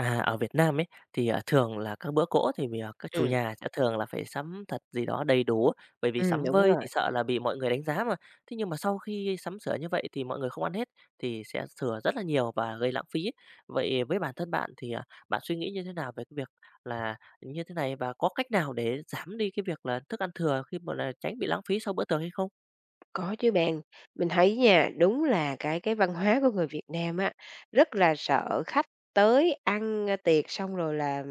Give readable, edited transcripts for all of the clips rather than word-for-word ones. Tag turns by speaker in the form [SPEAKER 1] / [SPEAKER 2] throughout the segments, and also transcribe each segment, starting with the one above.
[SPEAKER 1] À, ở Việt Nam ấy, thì, thường là các bữa cỗ thì vì, các chủ
[SPEAKER 2] Ừm,
[SPEAKER 1] nhà sẽ thường là phải sắm thật gì đó đầy đủ, bởi vì
[SPEAKER 2] ừm,
[SPEAKER 1] sắm
[SPEAKER 2] đúng
[SPEAKER 1] vơi thì
[SPEAKER 2] rồi,
[SPEAKER 1] sợ là bị mọi người đánh giá mà. Thế nhưng mà sau khi sắm sửa như vậy thì mọi người không ăn hết, thì sẽ thừa rất là nhiều và gây lãng phí. Vậy với bản thân bạn thì, bạn suy nghĩ như thế nào về cái việc là như thế này và có cách nào để giảm đi cái việc là thức ăn thừa khi mà là tránh bị lãng phí sau bữa tiệc hay không?
[SPEAKER 2] có chứ bạn. Mình thấy nha, đúng là cái văn hóa của người Việt Nam á, rất là sợ khách tới ăn, tiệc xong rồi là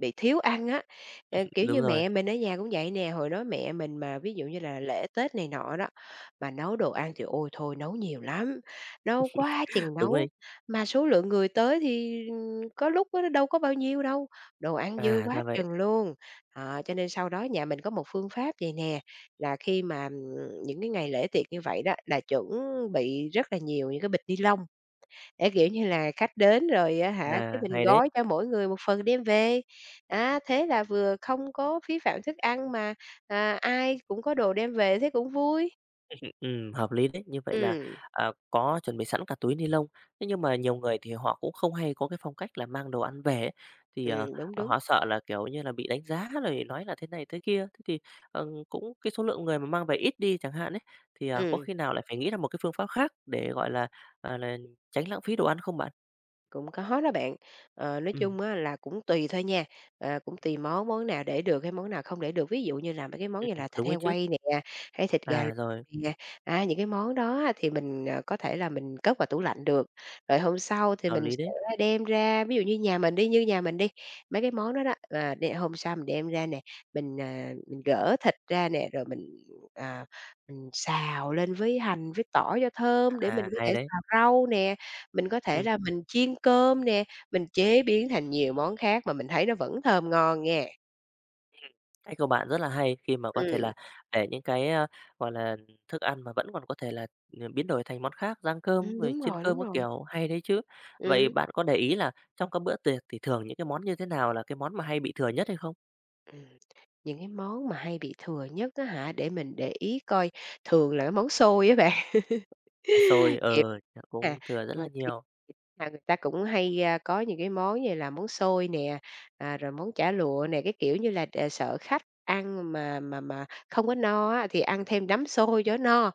[SPEAKER 2] bị thiếu ăn á. Kiểu
[SPEAKER 1] Đúng
[SPEAKER 2] như,
[SPEAKER 1] rồi,
[SPEAKER 2] mẹ mình ở nhà cũng vậy nè, hồi đó mẹ mình mà ví dụ như là lễ Tết này nọ đó, mà nấu đồ ăn thì ôi thôi nấu nhiều lắm, nấu quá chừng
[SPEAKER 1] đúng
[SPEAKER 2] nấu,
[SPEAKER 1] đấy.
[SPEAKER 2] mà số lượng người tới thì, có lúc á nó đâu có bao nhiêu đâu, đồ ăn dư
[SPEAKER 1] À,
[SPEAKER 2] quá
[SPEAKER 1] ra vậy.
[SPEAKER 2] chừng luôn. Đó, cho nên sau đó nhà mình có một phương pháp vầy nè. Là khi mà, những cái ngày lễ tiệc như vậy đó, là chuẩn bị rất là nhiều những cái bịch ni lông để, kiểu như là, khách đến rồi á hả, cái
[SPEAKER 1] À,
[SPEAKER 2] mình
[SPEAKER 1] hay đấy.
[SPEAKER 2] gói cho mỗi người một phần đem về. Á, thế là vừa không có phí phạm thức ăn mà, ai cũng có đồ đem về, thế cũng vui.
[SPEAKER 1] Hợp lý đấy. Như vậy là,
[SPEAKER 2] Ừm,
[SPEAKER 1] có chuẩn bị sẵn cả túi ni lông. Thế nhưng mà nhiều người thì họ cũng không hay có cái phong cách là mang đồ ăn về ấy, thì,
[SPEAKER 2] đúng, đúng.
[SPEAKER 1] họ sợ là, kiểu như là, bị đánh giá rồi nói là thế này thế kia. Thế thì, cũng cái số lượng người mà mang về ít đi chẳng hạn ấy, thì, có
[SPEAKER 2] Ừm.
[SPEAKER 1] khi nào lại phải nghĩ ra một cái phương pháp khác để, gọi là, là tránh lãng phí đồ ăn không bạn?
[SPEAKER 2] Cũng có đó bạn, nói
[SPEAKER 1] Ừm,
[SPEAKER 2] chung á là cũng tùy thôi nha, cũng tùy món, món nào để được hay món nào không để được. Ví dụ như là mấy cái món như
[SPEAKER 1] ừm,
[SPEAKER 2] là thịt
[SPEAKER 1] đúng đấy
[SPEAKER 2] heo
[SPEAKER 1] chứ.
[SPEAKER 2] quay nè, hay thịt gà
[SPEAKER 1] À,
[SPEAKER 2] luộc
[SPEAKER 1] rồi,
[SPEAKER 2] nè, những cái món đó á thì mình, có thể là mình cất vào tủ lạnh được. Rồi hôm sau thì
[SPEAKER 1] hợp
[SPEAKER 2] mình
[SPEAKER 1] lý đấy.
[SPEAKER 2] sẽ đem ra, ví dụ như nhà mình đi, như nhà mình đi, mấy cái món đó đó, để hôm sau mình đem ra nè, mình, mình gỡ thịt ra nè, rồi mình, à, mình xào lên với hành với tỏi cho thơm để mình
[SPEAKER 1] À,
[SPEAKER 2] có
[SPEAKER 1] hay
[SPEAKER 2] thể
[SPEAKER 1] đấy.
[SPEAKER 2] xào rau nè. Mình có thể
[SPEAKER 1] Ừm.
[SPEAKER 2] là mình chiên cơm nè, mình chế biến thành nhiều món khác mà mình thấy nó vẫn thơm ngon nha.
[SPEAKER 1] Ừm, cách của bạn rất là hay khi mà có thể
[SPEAKER 2] Ừm,
[SPEAKER 1] là để những cái, gọi là, thức ăn mà vẫn còn có thể là, biến đổi thành món khác, rang cơm rồi
[SPEAKER 2] đúng
[SPEAKER 1] chiên
[SPEAKER 2] rồi,
[SPEAKER 1] cơm
[SPEAKER 2] đúng
[SPEAKER 1] các
[SPEAKER 2] rồi.
[SPEAKER 1] kiểu, hay đấy chứ. Vậy
[SPEAKER 2] Ừm,
[SPEAKER 1] bạn có để ý là trong các bữa tiệc thì thường những cái món như thế nào là cái món mà hay bị thừa nhất hay không?
[SPEAKER 2] ừm. Những cái món mà hay bị thừa nhất á hả, để mình để ý coi, thường là cái món xôi á bạn.
[SPEAKER 1] À, xôi,
[SPEAKER 2] Kiểu
[SPEAKER 1] chắc cũng
[SPEAKER 2] à,
[SPEAKER 1] thừa rất là nhiều.
[SPEAKER 2] Là người ta cũng hay, có những cái món như là món xôi nè, rồi món chả lụa nè, cái kiểu như là, để sợ khách ăn mà không có no á, thì ăn thêm đấm xôi cho no.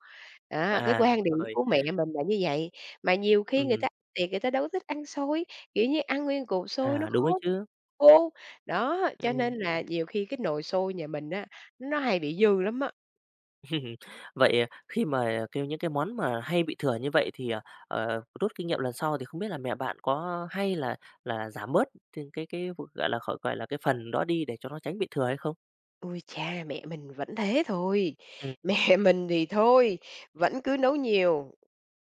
[SPEAKER 2] Đó, cái
[SPEAKER 1] À,
[SPEAKER 2] quan điểm
[SPEAKER 1] rồi,
[SPEAKER 2] của mẹ mình là như vậy, mà nhiều khi người
[SPEAKER 1] ừm,
[SPEAKER 2] ta ăn tiệc người ta đâu có thích ăn xôi, kiểu như, ăn nguyên cục xôi nó
[SPEAKER 1] đúng
[SPEAKER 2] khó
[SPEAKER 1] ấy chứ.
[SPEAKER 2] khô. Đó, cho nên
[SPEAKER 1] Ừm.
[SPEAKER 2] là nhiều khi cái nồi xôi nhà mình á, nó hay bị dư lắm á.
[SPEAKER 1] Vậy, khi mà kêu những cái món mà hay bị thừa như vậy thì, rút kinh nghiệm lần sau thì không biết là mẹ bạn có hay là giảm bớt t cái v gọi là, khỏi gọi là, cái phần đó đi để cho nó tránh bị thừa hay không?
[SPEAKER 2] Ôi cha, mẹ mình vẫn thế thôi,
[SPEAKER 1] Ừm,
[SPEAKER 2] mẹ mình thì thôi, vẫn cứ nấu nhiều.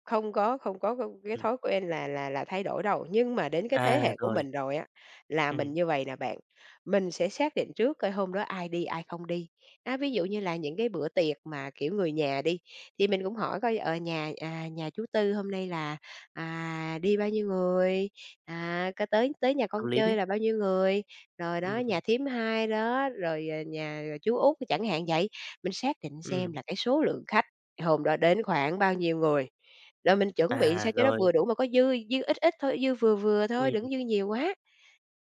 [SPEAKER 2] Không có, không có c cái
[SPEAKER 1] ừm.
[SPEAKER 2] thói quen là thay đổi đâu, nhưng mà đến cái thế
[SPEAKER 1] À,
[SPEAKER 2] hệ của
[SPEAKER 1] rồi,
[SPEAKER 2] mình rồi á, là mình
[SPEAKER 1] ừm,
[SPEAKER 2] như vầy nè bạn, mình sẽ xác định trước coi hôm đó ai đi, ai không đi. Á, ví dụ như là những cái bữa tiệc mà, kiểu, người nhà đi, thì mình cũng hỏi coi, nhà chú Tư hôm nay là, đi bao nhiêu người, có tới tới nhà con
[SPEAKER 1] hợp lý đấy.
[SPEAKER 2] chơi là bao nhiêu người, rồi đó,
[SPEAKER 1] Ừm,
[SPEAKER 2] nhà thím hai đó, rồi, chú Út chẳng hạn vậy. Mình xác định xem
[SPEAKER 1] ừm.
[SPEAKER 2] là cái số lượng khách hôm đó đến khoảng bao nhiêu người, rồi mình chuẩn bị
[SPEAKER 1] À,
[SPEAKER 2] sao cho nó
[SPEAKER 1] rồi,
[SPEAKER 2] vừa đủ mà có dư, dư ít ít thôi, dư vừa vừa thôi,
[SPEAKER 1] ừm.
[SPEAKER 2] đừng dư nhiều quá.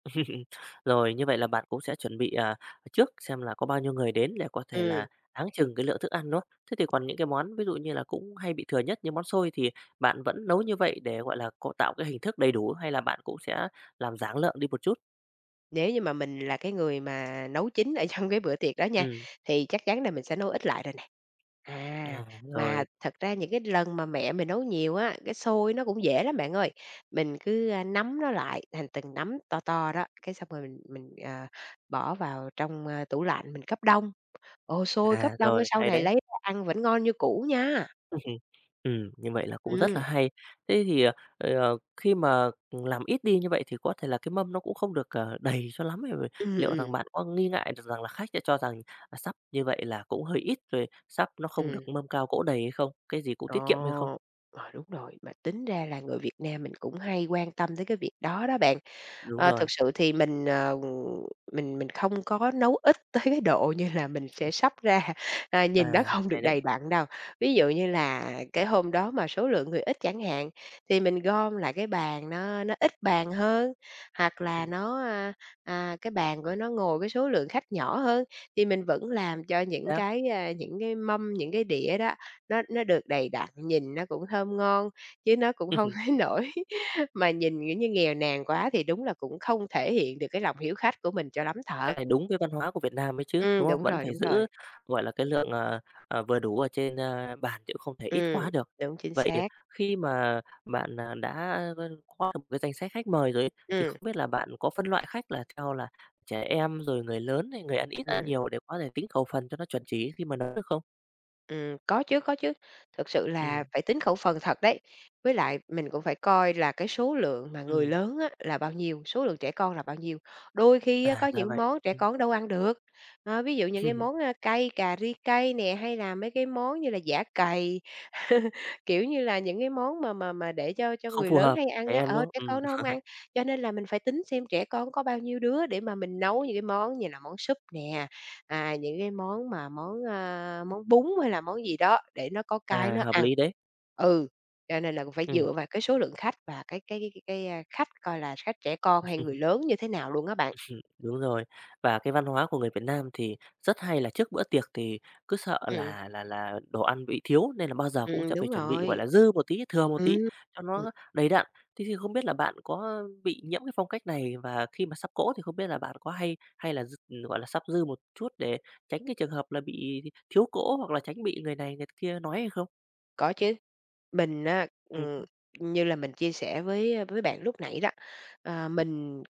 [SPEAKER 1] Rồi, như vậy là bạn cũng sẽ chuẩn bị, trước xem là có bao nhiêu người đến để có thể là
[SPEAKER 2] Ừm,
[SPEAKER 1] áng chừng cái lượng thức ăn, đó. Thế thì còn những cái món ví dụ như là cũng hay bị thừa nhất như món xôi thì bạn vẫn nấu như vậy để, gọi là, có tạo cái hình thức đầy đủ hay là bạn cũng sẽ làm giảm lượng đi một chút?
[SPEAKER 2] Nếu như mà mình là cái người mà nấu chính ở trong cái bữa tiệc đó nha,
[SPEAKER 1] Ừm,
[SPEAKER 2] thì chắc chắn là mình sẽ nấu ít lại rồi nè. À,
[SPEAKER 1] à,
[SPEAKER 2] mà
[SPEAKER 1] rồi,
[SPEAKER 2] thật ra những cái lần mà mẹ mình nấu nhiều á, cái xôi nó cũng dễ lắm bạn ơi. Mình cứ, nắm nó lại thành từng nắm to to đó, cái xong rồi mình, bỏ vào trong, tủ lạnh mình cấp đông. Ồ, xôi cấp
[SPEAKER 1] à,
[SPEAKER 2] đông cái
[SPEAKER 1] rồi,
[SPEAKER 2] sau
[SPEAKER 1] hay
[SPEAKER 2] này
[SPEAKER 1] đấy.
[SPEAKER 2] lấy ra ăn vẫn ngon như cũ nha.
[SPEAKER 1] Ừm, như vậy là cũng rất là
[SPEAKER 2] Ừm.
[SPEAKER 1] hay. Thế thì, khi mà làm ít đi như vậy thì có thể là cái mâm nó cũng không được, đầy cho lắm ấy. Rồi
[SPEAKER 2] Ừm,
[SPEAKER 1] liệu rằng
[SPEAKER 2] ừm,
[SPEAKER 1] bạn có nghi ngại được rằng là khách sẽ cho rằng, sắp như vậy là cũng hơi ít, rồi sắp nó không
[SPEAKER 2] ừm,
[SPEAKER 1] được mâm cao cỗ đầy hay không? Cái gì cũng tiết kiệm hay không?
[SPEAKER 2] ồ, ờ, đúng rồi, Mà tính ra là người Việt Nam mình cũng hay quan tâm tới cái việc đó đó bạn.
[SPEAKER 1] Đúng
[SPEAKER 2] Thực
[SPEAKER 1] rồi,
[SPEAKER 2] sự thì mình, mình không có nấu ít tới cái độ như là mình sẽ sắp ra, nhìn nó không được
[SPEAKER 1] hay đấy,
[SPEAKER 2] đầy đặn đâu. Ví dụ như là cái hôm đó mà số lượng người ít chẳng hạn, thì mình gom lại cái bàn nó ít bàn hơn, hoặc là
[SPEAKER 1] ừm,
[SPEAKER 2] nó, cái bàn của nó ngồi cái số lượng khách nhỏ hơn, thì mình vẫn làm cho những
[SPEAKER 1] xác.
[SPEAKER 2] cái, những cái mâm, những cái đĩa đó, nó được đầy đặn, nhìn nó cũng thơm ngon, chứ nó cũng không thấy nổi mà nhìn, kiểu như, nghèo nàn quá thì đúng là cũng không thể hiện được cái lòng hiếu khách của mình cho lắm
[SPEAKER 1] Cái
[SPEAKER 2] thật.
[SPEAKER 1] này đúng với văn hóa của Việt Nam ấy chứ,
[SPEAKER 2] Ừm,
[SPEAKER 1] đúng không?
[SPEAKER 2] đúng
[SPEAKER 1] Vẫn
[SPEAKER 2] rồi,
[SPEAKER 1] phải
[SPEAKER 2] đúng
[SPEAKER 1] giữ,
[SPEAKER 2] rồi.
[SPEAKER 1] gọi là, cái lượng, vừa đủ ở trên, bàn chứ không thể ít quá
[SPEAKER 2] Ừm,
[SPEAKER 1] được.
[SPEAKER 2] Chính
[SPEAKER 1] Vậy
[SPEAKER 2] xác.
[SPEAKER 1] khi mà bạn, đã có được một cái danh sách khách mời rồi ấy, thì
[SPEAKER 2] Ừm,
[SPEAKER 1] không biết là bạn có phân loại khách là theo là trẻ em, rồi người lớn hay người ăn ít ăn
[SPEAKER 2] ừm.
[SPEAKER 1] nhiều để có thể tính khẩu phần cho nó chuẩn chỉ khi mà nấu được không?
[SPEAKER 2] Có chứ, có chứ. Thực sự là
[SPEAKER 1] Ừm,
[SPEAKER 2] phải tính khẩu phần thật đấy. Với lại mình cũng phải coi là cái số lượng mà người
[SPEAKER 1] ừm,
[SPEAKER 2] lớn á, là bao nhiêu, số lượng trẻ con là bao nhiêu. Đôi khi á, có
[SPEAKER 1] ra
[SPEAKER 2] những
[SPEAKER 1] vậy.
[SPEAKER 2] món trẻ con đâu ăn được, ví dụ những cái món, cay, cà ri cay nè, hay là mấy cái món như là giã cày, kiểu như là, những cái món mà để cho
[SPEAKER 1] Không
[SPEAKER 2] người
[SPEAKER 1] phù
[SPEAKER 2] lớn
[SPEAKER 1] hợp,
[SPEAKER 2] hay ăn
[SPEAKER 1] trẻ
[SPEAKER 2] á,
[SPEAKER 1] em, đúng không?
[SPEAKER 2] trẻ con nó hông ăn. Cho nên là mình phải tính xem trẻ con có bao nhiêu đứa để mà mình nấu những cái món như là món súp nè, những cái món mà món, món bún hay là món gì đó để nó có cái nó
[SPEAKER 1] Hợp
[SPEAKER 2] ăn.
[SPEAKER 1] lý đấy.
[SPEAKER 2] Ừ, cho nên là cũng phải
[SPEAKER 1] Ừm.
[SPEAKER 2] dựa vào cái số lượng khách và cái khách coi là khách trẻ con hay người lớn như thế nào luôn á bạn.
[SPEAKER 1] Đúng rồi. Và cái văn hóa của người Việt Nam thì rất hay là trước bữa tiệc thì cứ sợ
[SPEAKER 2] Ừm,
[SPEAKER 1] là đồ ăn bị thiếu, nên là bao giờ cũng sẽ phải
[SPEAKER 2] đúng
[SPEAKER 1] chuẩn bị, gọi
[SPEAKER 2] rồi.
[SPEAKER 1] là, dư một tí, thừa một tí
[SPEAKER 2] Ừm,
[SPEAKER 1] cho
[SPEAKER 2] ừm,
[SPEAKER 1] nó đầy đặn. Thế thì không biết là bạn có bị nhiễm cái phong cách này và khi mà sắp cỗ thì không biết là bạn có hay hay là dư gọi là, sắp dư một chút để tránh cái trường hợp là bị thiếu cỗ hoặc là tránh bị người này người kia nói hay không?
[SPEAKER 2] có chứ. Mình á,
[SPEAKER 1] Ừm,
[SPEAKER 2] như là mình chia sẻ với, với bạn lúc nãy đó, ờ, mình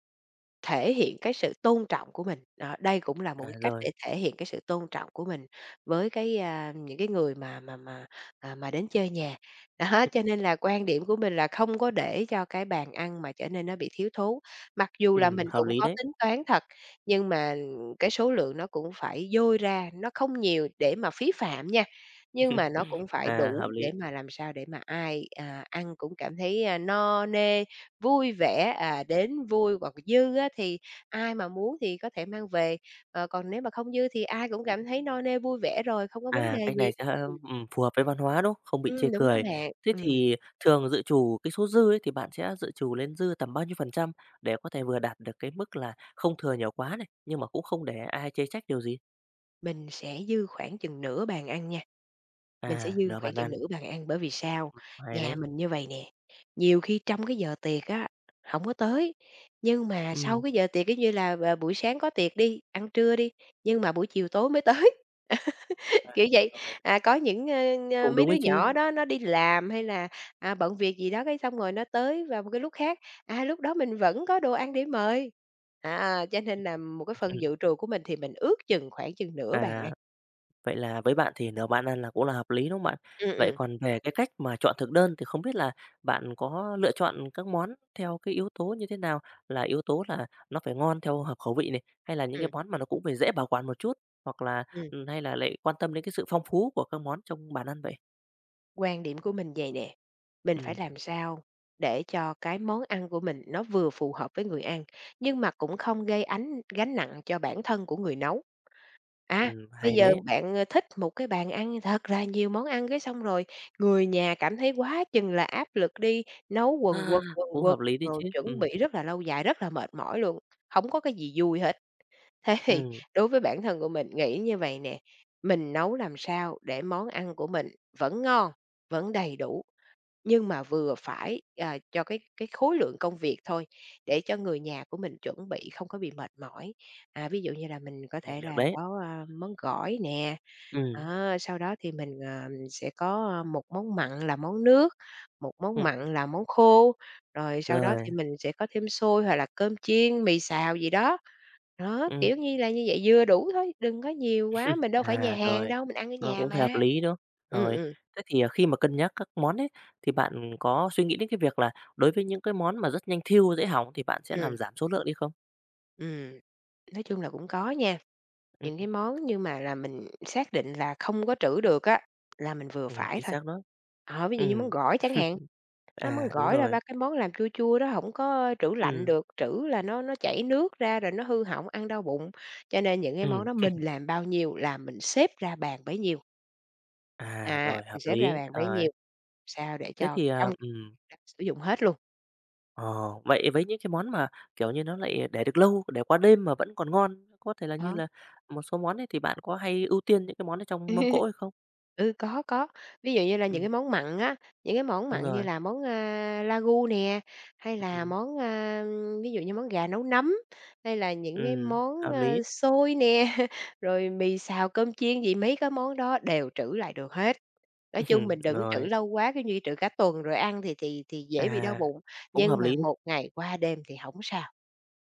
[SPEAKER 2] thể hiện cái sự tôn trọng của mình, đó, đây cũng là một cái cách
[SPEAKER 1] rồi,
[SPEAKER 2] để thể hiện cái sự tôn trọng của mình với cái, những cái người mà đến chơi nhà. Đó,
[SPEAKER 1] ừm,
[SPEAKER 2] cho nên là quan điểm của mình là không có để cho cái bàn ăn mà trở nên nó bị thiếu thốn. Mặc dù là mình
[SPEAKER 1] hợp
[SPEAKER 2] cũng
[SPEAKER 1] lý
[SPEAKER 2] có
[SPEAKER 1] đấy.
[SPEAKER 2] tính toán thật, nhưng mà cái số lượng nó cũng phải dôi ra, nó không nhiều để mà phí phạm nha, nhưng mà nó cũng phải
[SPEAKER 1] À,
[SPEAKER 2] đủ
[SPEAKER 1] hợp lý.
[SPEAKER 2] để mà làm sao để mà ai, ăn cũng cảm thấy, no nê, vui vẻ, đến vui hoặc dư á thì ai mà muốn thì có thể mang về, còn nếu mà không dư thì ai cũng cảm thấy no nê vui vẻ rồi, không có vấn
[SPEAKER 1] À,
[SPEAKER 2] đề
[SPEAKER 1] cách này
[SPEAKER 2] gì.
[SPEAKER 1] sẽ,
[SPEAKER 2] Ừm,
[SPEAKER 1] phù hợp với văn hóa, đúng không? Không bị chê
[SPEAKER 2] Đúng đó
[SPEAKER 1] cười.
[SPEAKER 2] bạn.
[SPEAKER 1] Thế thì thường dự trù cái số dư ấy thì bạn sẽ dự trù lên dư tầm bao nhiêu phần trăm để có thể vừa đạt được cái mức là không thừa nhiều quá này, nhưng mà cũng không để ai chê trách điều gì?
[SPEAKER 2] Mình sẽ dư khoảng chừng nửa bàn ăn nha, mình sẽ
[SPEAKER 1] À,
[SPEAKER 2] dư
[SPEAKER 1] nửa
[SPEAKER 2] khoảng
[SPEAKER 1] bàn
[SPEAKER 2] chừng
[SPEAKER 1] ăn,
[SPEAKER 2] nửa bàn ăn bởi vì sao?
[SPEAKER 1] hay
[SPEAKER 2] Nhà
[SPEAKER 1] đấy.
[SPEAKER 2] mình như vầy nè, nhiều khi trong cái giờ tiệc á, hổng có tới, nhưng mà sau
[SPEAKER 1] Ừm,
[SPEAKER 2] cái giờ tiệc, giống như là, buổi sáng có tiệc đi, ăn trưa đi, nhưng mà buổi chiều tối mới tới.
[SPEAKER 1] à,
[SPEAKER 2] Kiểu vậy,
[SPEAKER 1] rồi,
[SPEAKER 2] có những, ơ, ơ,
[SPEAKER 1] cũng
[SPEAKER 2] mấy
[SPEAKER 1] đúng
[SPEAKER 2] đứa
[SPEAKER 1] ấy chứ.
[SPEAKER 2] nhỏ đó nó đi làm hay là, bận việc gì đó cái xong rồi nó tới vào một cái lúc khác, lúc đó mình vẫn có đồ ăn để mời. À, cho nên là một cái phần
[SPEAKER 1] Ừm.
[SPEAKER 2] dự trù của mình thì mình ước chừng khoảng chừng nửa bàn
[SPEAKER 1] À.
[SPEAKER 2] ăn.
[SPEAKER 1] Vậy là với bạn thì nấu bạn ăn là cũng là hợp lý, đúng không bạn?
[SPEAKER 2] Ừm,
[SPEAKER 1] Vậy
[SPEAKER 2] ừm,
[SPEAKER 1] còn về cái cách mà chọn thực đơn thì không biết là bạn có lựa chọn các món theo cái yếu tố như thế nào? Là yếu tố là nó phải ngon theo hợp khẩu vị này, hay là những cái
[SPEAKER 2] ừm,
[SPEAKER 1] món mà nó cũng phải dễ bảo quản một chút, hoặc là,
[SPEAKER 2] ừm,
[SPEAKER 1] hay là lại quan tâm đến cái sự phong phú của các món trong bàn ăn vậy?
[SPEAKER 2] Quan điểm của mình vậy nè, mình phải
[SPEAKER 1] Ừm,
[SPEAKER 2] làm sao để cho cái món ăn của mình nó vừa phù hợp với người ăn, nhưng mà cũng không gây ánh gánh nặng cho bản thân của người nấu. À, Bây
[SPEAKER 1] hay
[SPEAKER 2] giờ
[SPEAKER 1] đấy,
[SPEAKER 2] bạn, thích một cái bàn ăn thật là nhiều món ăn, cái xong rồi người nhà cảm thấy quá chừng là áp lực đi, nấu
[SPEAKER 1] À,
[SPEAKER 2] quần
[SPEAKER 1] cũng
[SPEAKER 2] quật,
[SPEAKER 1] hợp lý đấy
[SPEAKER 2] rồi
[SPEAKER 1] chứ.
[SPEAKER 2] chuẩn bị rất là lâu dài, rất là mệt mỏi luôn, không có cái gì vui hết. Thế thì
[SPEAKER 1] Ừm,
[SPEAKER 2] đối với bản thân của mình nghĩ như vậy nè, mình nấu làm sao để món ăn của mình vẫn ngon, vẫn đầy đủ nhưng mà vừa phải, cho cái khối lượng công việc thôi, để cho người nhà của mình chuẩn bị không có bị mệt mỏi. À, ví dụ như là mình có
[SPEAKER 1] cái này
[SPEAKER 2] thể
[SPEAKER 1] được
[SPEAKER 2] là
[SPEAKER 1] đấy.
[SPEAKER 2] có, món gỏi nè,
[SPEAKER 1] Ừm,
[SPEAKER 2] đó, sau đó thì mình, sẽ có, một món mặn là món nước, một món
[SPEAKER 1] ừm,
[SPEAKER 2] mặn là món khô, rồi sau đó
[SPEAKER 1] rồi,
[SPEAKER 2] thì mình sẽ có thêm xôi hoặc là cơm chiên, mì xào gì đó. Đó,
[SPEAKER 1] ừm.
[SPEAKER 2] kiểu như là như vậy, vừa đủ thôi, đừng có nhiều quá, mình đâu phải nhà
[SPEAKER 1] À,
[SPEAKER 2] hàng
[SPEAKER 1] rồi,
[SPEAKER 2] đâu, mình ăn ở
[SPEAKER 1] nó
[SPEAKER 2] nhà
[SPEAKER 1] cũng phải hợp
[SPEAKER 2] mà.
[SPEAKER 1] lý, đúng không?
[SPEAKER 2] Ừm,
[SPEAKER 1] Rồi,
[SPEAKER 2] ừm,
[SPEAKER 1] thế thì, khi mà cân nhắc các món ấy, thì bạn có suy nghĩ đến cái việc là đối với những cái món mà rất nhanh thiêu, dễ hỏng thì bạn sẽ
[SPEAKER 2] ừm,
[SPEAKER 1] làm giảm số lượng đi không?
[SPEAKER 2] ừm. Nói chung là cũng có nha.
[SPEAKER 1] Ừm,
[SPEAKER 2] Những cái món nhưng mà là mình xác định là không có trữ được á, là mình vừa phải
[SPEAKER 1] chính
[SPEAKER 2] thôi.
[SPEAKER 1] xác đó.
[SPEAKER 2] Ờ, ví dụ như món
[SPEAKER 1] Ừm.
[SPEAKER 2] gỏi chẳng hạn, món
[SPEAKER 1] À, đúng
[SPEAKER 2] gỏi là
[SPEAKER 1] rồi.
[SPEAKER 2] ba cái món làm chua chua đó không có trữ lạnh
[SPEAKER 1] Ừm,
[SPEAKER 2] được, trữ là nó chảy nước ra rồi nó hư hỏng, ăn đau bụng. Cho nên những cái món
[SPEAKER 1] ừm.
[SPEAKER 2] đó mình làm bao nhiêu là mình xếp ra bàn bấy nhiêu,
[SPEAKER 1] À,
[SPEAKER 2] à,
[SPEAKER 1] rồi, hợp
[SPEAKER 2] mình xếp ra
[SPEAKER 1] lý.
[SPEAKER 2] bàn bấy
[SPEAKER 1] Rồi,
[SPEAKER 2] nhiêu, sao để
[SPEAKER 1] thế
[SPEAKER 2] cho
[SPEAKER 1] thì,
[SPEAKER 2] trong sử dụng hết luôn,
[SPEAKER 1] ờ, vậy với những cái món mà, kiểu như, nó lại để được lâu, để qua đêm mà vẫn còn ngon, có thể là như
[SPEAKER 2] đó.
[SPEAKER 1] là một số món ấy thì bạn có hay ưu tiên những cái món ở trong mâm cỗ hay không?
[SPEAKER 2] Ừ, có, có. Ví dụ như là những
[SPEAKER 1] Ừm,
[SPEAKER 2] cái món mặn á, những cái món
[SPEAKER 1] đúng
[SPEAKER 2] mặn như
[SPEAKER 1] rồi.
[SPEAKER 2] là món, Ragu nè, hay là
[SPEAKER 1] Ừm.
[SPEAKER 2] món, ví dụ như món gà nấu nấm, hay là những cái
[SPEAKER 1] Ừm,
[SPEAKER 2] món,
[SPEAKER 1] hợp lý.
[SPEAKER 2] xôi nè, rồi mì xào, cơm chiên gì, mấy cái món đó đều trữ lại được hết. Nói chung mình đừng trữ
[SPEAKER 1] Rồi,
[SPEAKER 2] lâu quá, cái như, trữ cả tuần rồi ăn thì
[SPEAKER 1] à,
[SPEAKER 2] dễ bị đau bụng,
[SPEAKER 1] cũng hợp
[SPEAKER 2] nhưng mà
[SPEAKER 1] lý.
[SPEAKER 2] một ngày qua đêm thì không sao.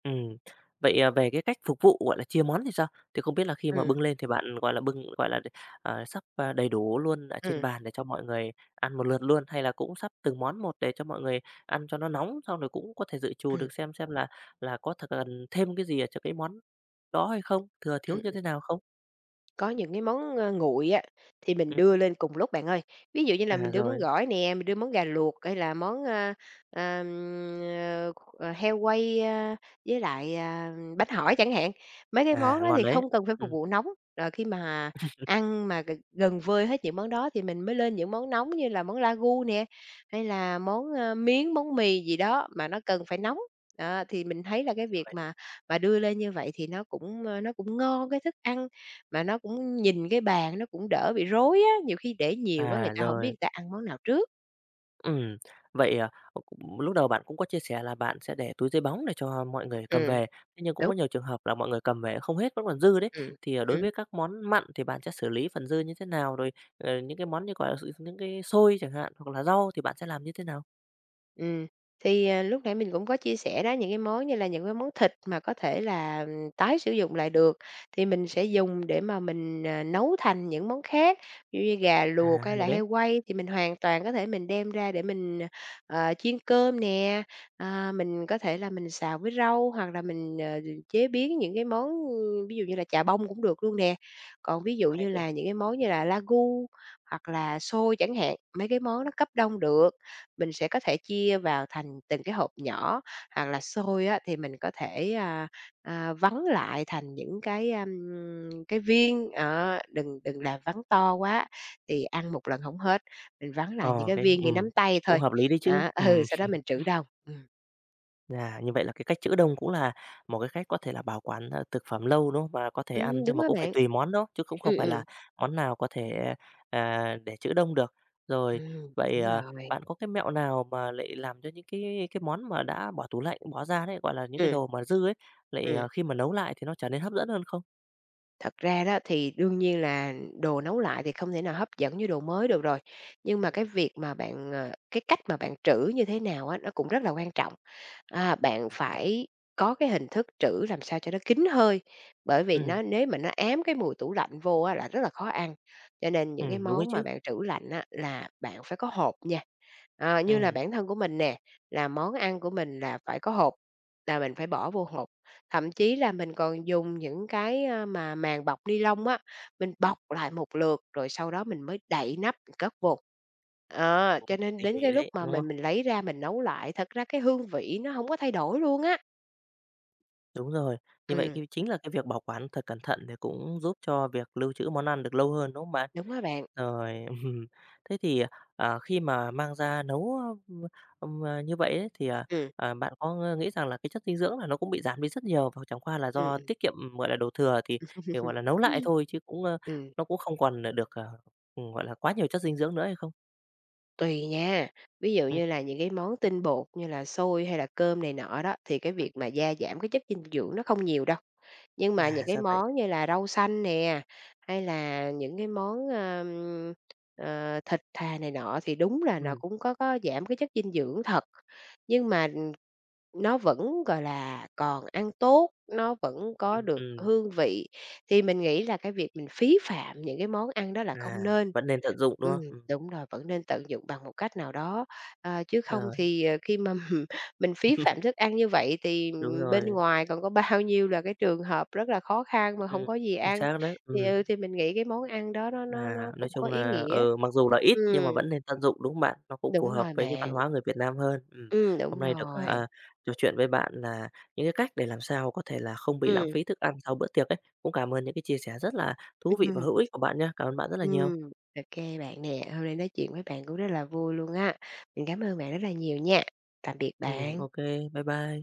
[SPEAKER 1] Ừm. Vậy, về cái cách phục vụ, gọi là, chia món thì sao? Thì không biết là khi mà
[SPEAKER 2] ừ
[SPEAKER 1] bưng lên thì bạn, gọi là, bưng, gọi là, sắp, đầy đủ luôn ở trên
[SPEAKER 2] ừ
[SPEAKER 1] bàn để cho mọi người ăn một lượt luôn, hay là cũng sắp từng món một để cho mọi người ăn cho nó nóng, xong rồi cũng có thể dự trù
[SPEAKER 2] ừ
[SPEAKER 1] được
[SPEAKER 2] ừ.
[SPEAKER 1] xem là có thật cần thêm cái gì ở cho cái món đó hay không, thừa thiếu như thế nào không?
[SPEAKER 2] Có những cái món, nguội á, thì mình
[SPEAKER 1] Ừm,
[SPEAKER 2] đưa lên cùng lúc bạn ơi. Ví dụ như là
[SPEAKER 1] à,
[SPEAKER 2] mình đưa món
[SPEAKER 1] rồi,
[SPEAKER 2] gỏi nè, mình đưa món gà luộc hay là món, ờm, ờ, heo quay, với lại, bánh hỏi chẳng hạn. Mấy cái
[SPEAKER 1] à,
[SPEAKER 2] món đó
[SPEAKER 1] ngon
[SPEAKER 2] thì
[SPEAKER 1] đấy.
[SPEAKER 2] không cần phải phục
[SPEAKER 1] Ừm,
[SPEAKER 2] vụ nóng, rồi khi mà ăn mà gần vơi hết những món đó thì mình mới lên những món nóng như là món Wagyu nè, hay là món, miến, món mì gì đó mà nó cần phải nóng. Đó, thì mình thấy là cái việc
[SPEAKER 1] rồi,
[SPEAKER 2] mà đưa lên như vậy thì nó cũng, nó cũng ngon cái thức ăn mà nó cũng nhìn cái bàn nó cũng đỡ bị rối á, nhiều khi để nhiều quá người
[SPEAKER 1] à,
[SPEAKER 2] ta hổng biết
[SPEAKER 1] rồi.
[SPEAKER 2] người ta ăn món nào trước.
[SPEAKER 1] Ừm, vậy, cũng lúc đầu bạn cũng có chia sẻ là bạn sẽ để túi giấy bóng để cho mọi người cầm
[SPEAKER 2] Ừm,
[SPEAKER 1] về, thế nhưng cũng
[SPEAKER 2] đúng,
[SPEAKER 1] có nhiều trường hợp là mọi người cầm về không hết vẫn còn dư đấy.
[SPEAKER 2] ừm,
[SPEAKER 1] Thì, đối
[SPEAKER 2] ừm.
[SPEAKER 1] với các món mặn thì bạn sẽ xử lý phần dư như thế nào? Rồi, những cái món như, gọi là, những cái xôi chẳng hạn, hoặc là rau thì bạn sẽ làm như thế nào?
[SPEAKER 2] Ừm, thì, lúc nãy mình cũng có chia sẻ đó, những cái món như là những cái món thịt mà có thể là ừ, tái sử dụng lại được, thì mình sẽ dùng để mà mình, nấu thành những món khác, ví dụ như gà
[SPEAKER 1] À,
[SPEAKER 2] luộc hay
[SPEAKER 1] hay
[SPEAKER 2] là
[SPEAKER 1] đấy,
[SPEAKER 2] heo quay thì mình hoàn toàn có thể mình đem ra để mình, chiên cơm nè, mình có thể là mình xào với rau hoặc là mình, chế biến những cái món, ừ, ví dụ như là chà bông cũng được luôn nè. Còn ví dụ
[SPEAKER 1] hay
[SPEAKER 2] như
[SPEAKER 1] vậy.
[SPEAKER 2] là những cái món như là Wagyu hoặc là xôi chẳng hạn, mấy cái món nó cấp đông được. Mình sẽ có thể chia vào thành từng cái hộp nhỏ, hoặc là xôi á thì mình có thể, vắn lại thành những cái, cái viên, đó, đừng đừng làm vắn to quá, thì ăn một lần không hết, mình vắn lại những
[SPEAKER 1] Ờ,
[SPEAKER 2] cái
[SPEAKER 1] cái
[SPEAKER 2] viên như nắm tay
[SPEAKER 1] Cũng
[SPEAKER 2] thôi.
[SPEAKER 1] hợp lý đấy chứ.
[SPEAKER 2] Đó, ừ,
[SPEAKER 1] Ừm.
[SPEAKER 2] sau đó mình trữ đồng.
[SPEAKER 1] À, như vậy là cái cách trữ đông cũng là một cái cách có thể là bảo quản, thực phẩm lâu, đúng không? Và có thể ăn nhưng
[SPEAKER 2] Đúng
[SPEAKER 1] mà
[SPEAKER 2] á
[SPEAKER 1] cũng phải
[SPEAKER 2] bạn.
[SPEAKER 1] tùy món, đó chứ cũng không
[SPEAKER 2] Ừm,
[SPEAKER 1] phải là
[SPEAKER 2] ừm,
[SPEAKER 1] món nào có thể, để trữ đông được. Rồi, vậy,
[SPEAKER 2] đúng rồi.
[SPEAKER 1] bạn có cái mẹo nào mà lại làm cho những cái món mà đã bỏ tủ lạnh, bỏ ra đấy, gọi là, những cái
[SPEAKER 2] Ừm.
[SPEAKER 1] đồ mà dư ấy, lại,
[SPEAKER 2] Ừm.
[SPEAKER 1] khi mà nấu lại thì nó trở nên hấp dẫn hơn không?
[SPEAKER 2] Thật ra đó thì đương nhiên là đồ nấu lại thì không thể nào hấp dẫn như đồ mới được rồi. Nhưng mà
[SPEAKER 1] Ừm,
[SPEAKER 2] cái việc mà bạn, ờ cái cách mà bạn trữ như thế nào á, nó cũng rất là quan trọng. À, bạn
[SPEAKER 1] ra vậy.
[SPEAKER 2] phải có cái hình thức trữ làm sao cho nó kín hơi, bởi vì
[SPEAKER 1] Ừm,
[SPEAKER 2] nó nếu mà nó ám cái mùi tủ lạnh vô á là rất là khó ăn. Cho nên những cái
[SPEAKER 1] đúng ấy
[SPEAKER 2] món
[SPEAKER 1] chứ.
[SPEAKER 2] mà bạn trữ lạnh á là bạn phải có hộp nha. Ờ, như là
[SPEAKER 1] Ừm,
[SPEAKER 2] bản thân của mình nè, là món ăn của mình là phải có hột, là mình phải bỏ vô hột. Thậm chí là mình còn dùng những cái, mà màng bọc ni lông á, mình bọc lại một lượt rồi sau đó mình mới đậy nắp mình cất vô. Ờ,
[SPEAKER 1] cũng
[SPEAKER 2] cho nên
[SPEAKER 1] tỉ
[SPEAKER 2] đến
[SPEAKER 1] mỉ
[SPEAKER 2] cái lúc
[SPEAKER 1] đấy,
[SPEAKER 2] mà
[SPEAKER 1] đúng không?
[SPEAKER 2] mình lấy ra mình nấu lại, thật ra cái hương vị nó không có thay đổi luôn á.
[SPEAKER 1] Đúng rồi. Như vậy
[SPEAKER 2] Ừm,
[SPEAKER 1] cái chính là cái việc bảo quản thật cẩn thận thì cũng giúp cho việc lưu trữ món ăn được lâu hơn, đúng không bạn?
[SPEAKER 2] đúng á bạn.
[SPEAKER 1] Rồi. Thế thì, khi mà mang ra nấu, ưm, như vậy ấy, thì,
[SPEAKER 2] ừ
[SPEAKER 1] bạn có nghĩ rằng là cái chất dinh dưỡng là nó cũng bị giảm đi rất nhiều và chẳng qua là do
[SPEAKER 2] ừ
[SPEAKER 1] tiết kiệm, gọi là, đồ thừa thì, gọi là, nấu lại thôi chứ cũng,
[SPEAKER 2] Ừm.
[SPEAKER 1] nó cũng không còn là được, gọi là, quá nhiều chất dinh dưỡng nữa hay không?
[SPEAKER 2] Tùy nha, ví dụ
[SPEAKER 1] Ừm,
[SPEAKER 2] như là những cái món tinh bột như là xôi hay là cơm này nọ đó, thì cái việc
[SPEAKER 1] ừm.
[SPEAKER 2] mà gia giảm cái chất dinh dưỡng nó không nhiều đâu. Nhưng mà
[SPEAKER 1] À,
[SPEAKER 2] những cái
[SPEAKER 1] sao vậy.
[SPEAKER 2] món như là rau xanh nè, hay là những cái món, thịt thà này nọ thì đúng là nó
[SPEAKER 1] Ừm,
[SPEAKER 2] cũng có giảm cái chất dinh dưỡng thật. Nhưng mà nó vẫn, gọi là, còn ăn tốt, nó vẫn có
[SPEAKER 1] ừm,
[SPEAKER 2] được
[SPEAKER 1] ừm.
[SPEAKER 2] hương vị, thì mình nghĩ là cái việc mình phí phạm những cái món ăn đó là không
[SPEAKER 1] À,
[SPEAKER 2] nên.
[SPEAKER 1] vẫn nên tận dụng, đúng không?
[SPEAKER 2] Ừm, đúng rồi, vẫn nên tận dụng bằng một cách nào đó, ờ, chứ không
[SPEAKER 1] Rồi.
[SPEAKER 2] thì, ờ, khi mà mình phí phạm thức ăn như vậy thì,
[SPEAKER 1] Đúng
[SPEAKER 2] bên
[SPEAKER 1] rồi.
[SPEAKER 2] ngoài còn có bao nhiêu là cái trường hợp rất là khó khăn mà không
[SPEAKER 1] Ừm,
[SPEAKER 2] có gì
[SPEAKER 1] chính
[SPEAKER 2] ăn,
[SPEAKER 1] xác đấy.
[SPEAKER 2] thì,
[SPEAKER 1] Ừm.
[SPEAKER 2] ừ, thì mình nghĩ cái món ăn đó nó nó
[SPEAKER 1] À,
[SPEAKER 2] nó
[SPEAKER 1] nói
[SPEAKER 2] cũng có
[SPEAKER 1] chung
[SPEAKER 2] ý
[SPEAKER 1] là,
[SPEAKER 2] nghĩa.
[SPEAKER 1] mặc dù là ít nhưng mà
[SPEAKER 2] Ừm,
[SPEAKER 1] vẫn nên tận dụng, đúng không bạn? Nó cũng phù
[SPEAKER 2] đúng
[SPEAKER 1] hợp
[SPEAKER 2] rồi
[SPEAKER 1] với cái văn
[SPEAKER 2] bạn,
[SPEAKER 1] hóa người Việt Nam hơn. Hôm
[SPEAKER 2] đúng
[SPEAKER 1] nay được,
[SPEAKER 2] rồi,
[SPEAKER 1] trò chuyện với bạn là những cái cách để làm sao có thể là không bị lãng
[SPEAKER 2] ừm.
[SPEAKER 1] phí thức ăn sau bữa tiệc ấy. Cũng cảm ơn những cái chia sẻ rất là thú vị và hữu ích của bạn nha. Cảm ơn bạn rất là nhiều.
[SPEAKER 2] Ừm, ok bạn nè, hôm nay nói chuyện với bạn cũng rất là vui luôn á. Mình cảm ơn bạn rất là nhiều nha. Tạm biệt bạn.
[SPEAKER 1] Ô bye bye.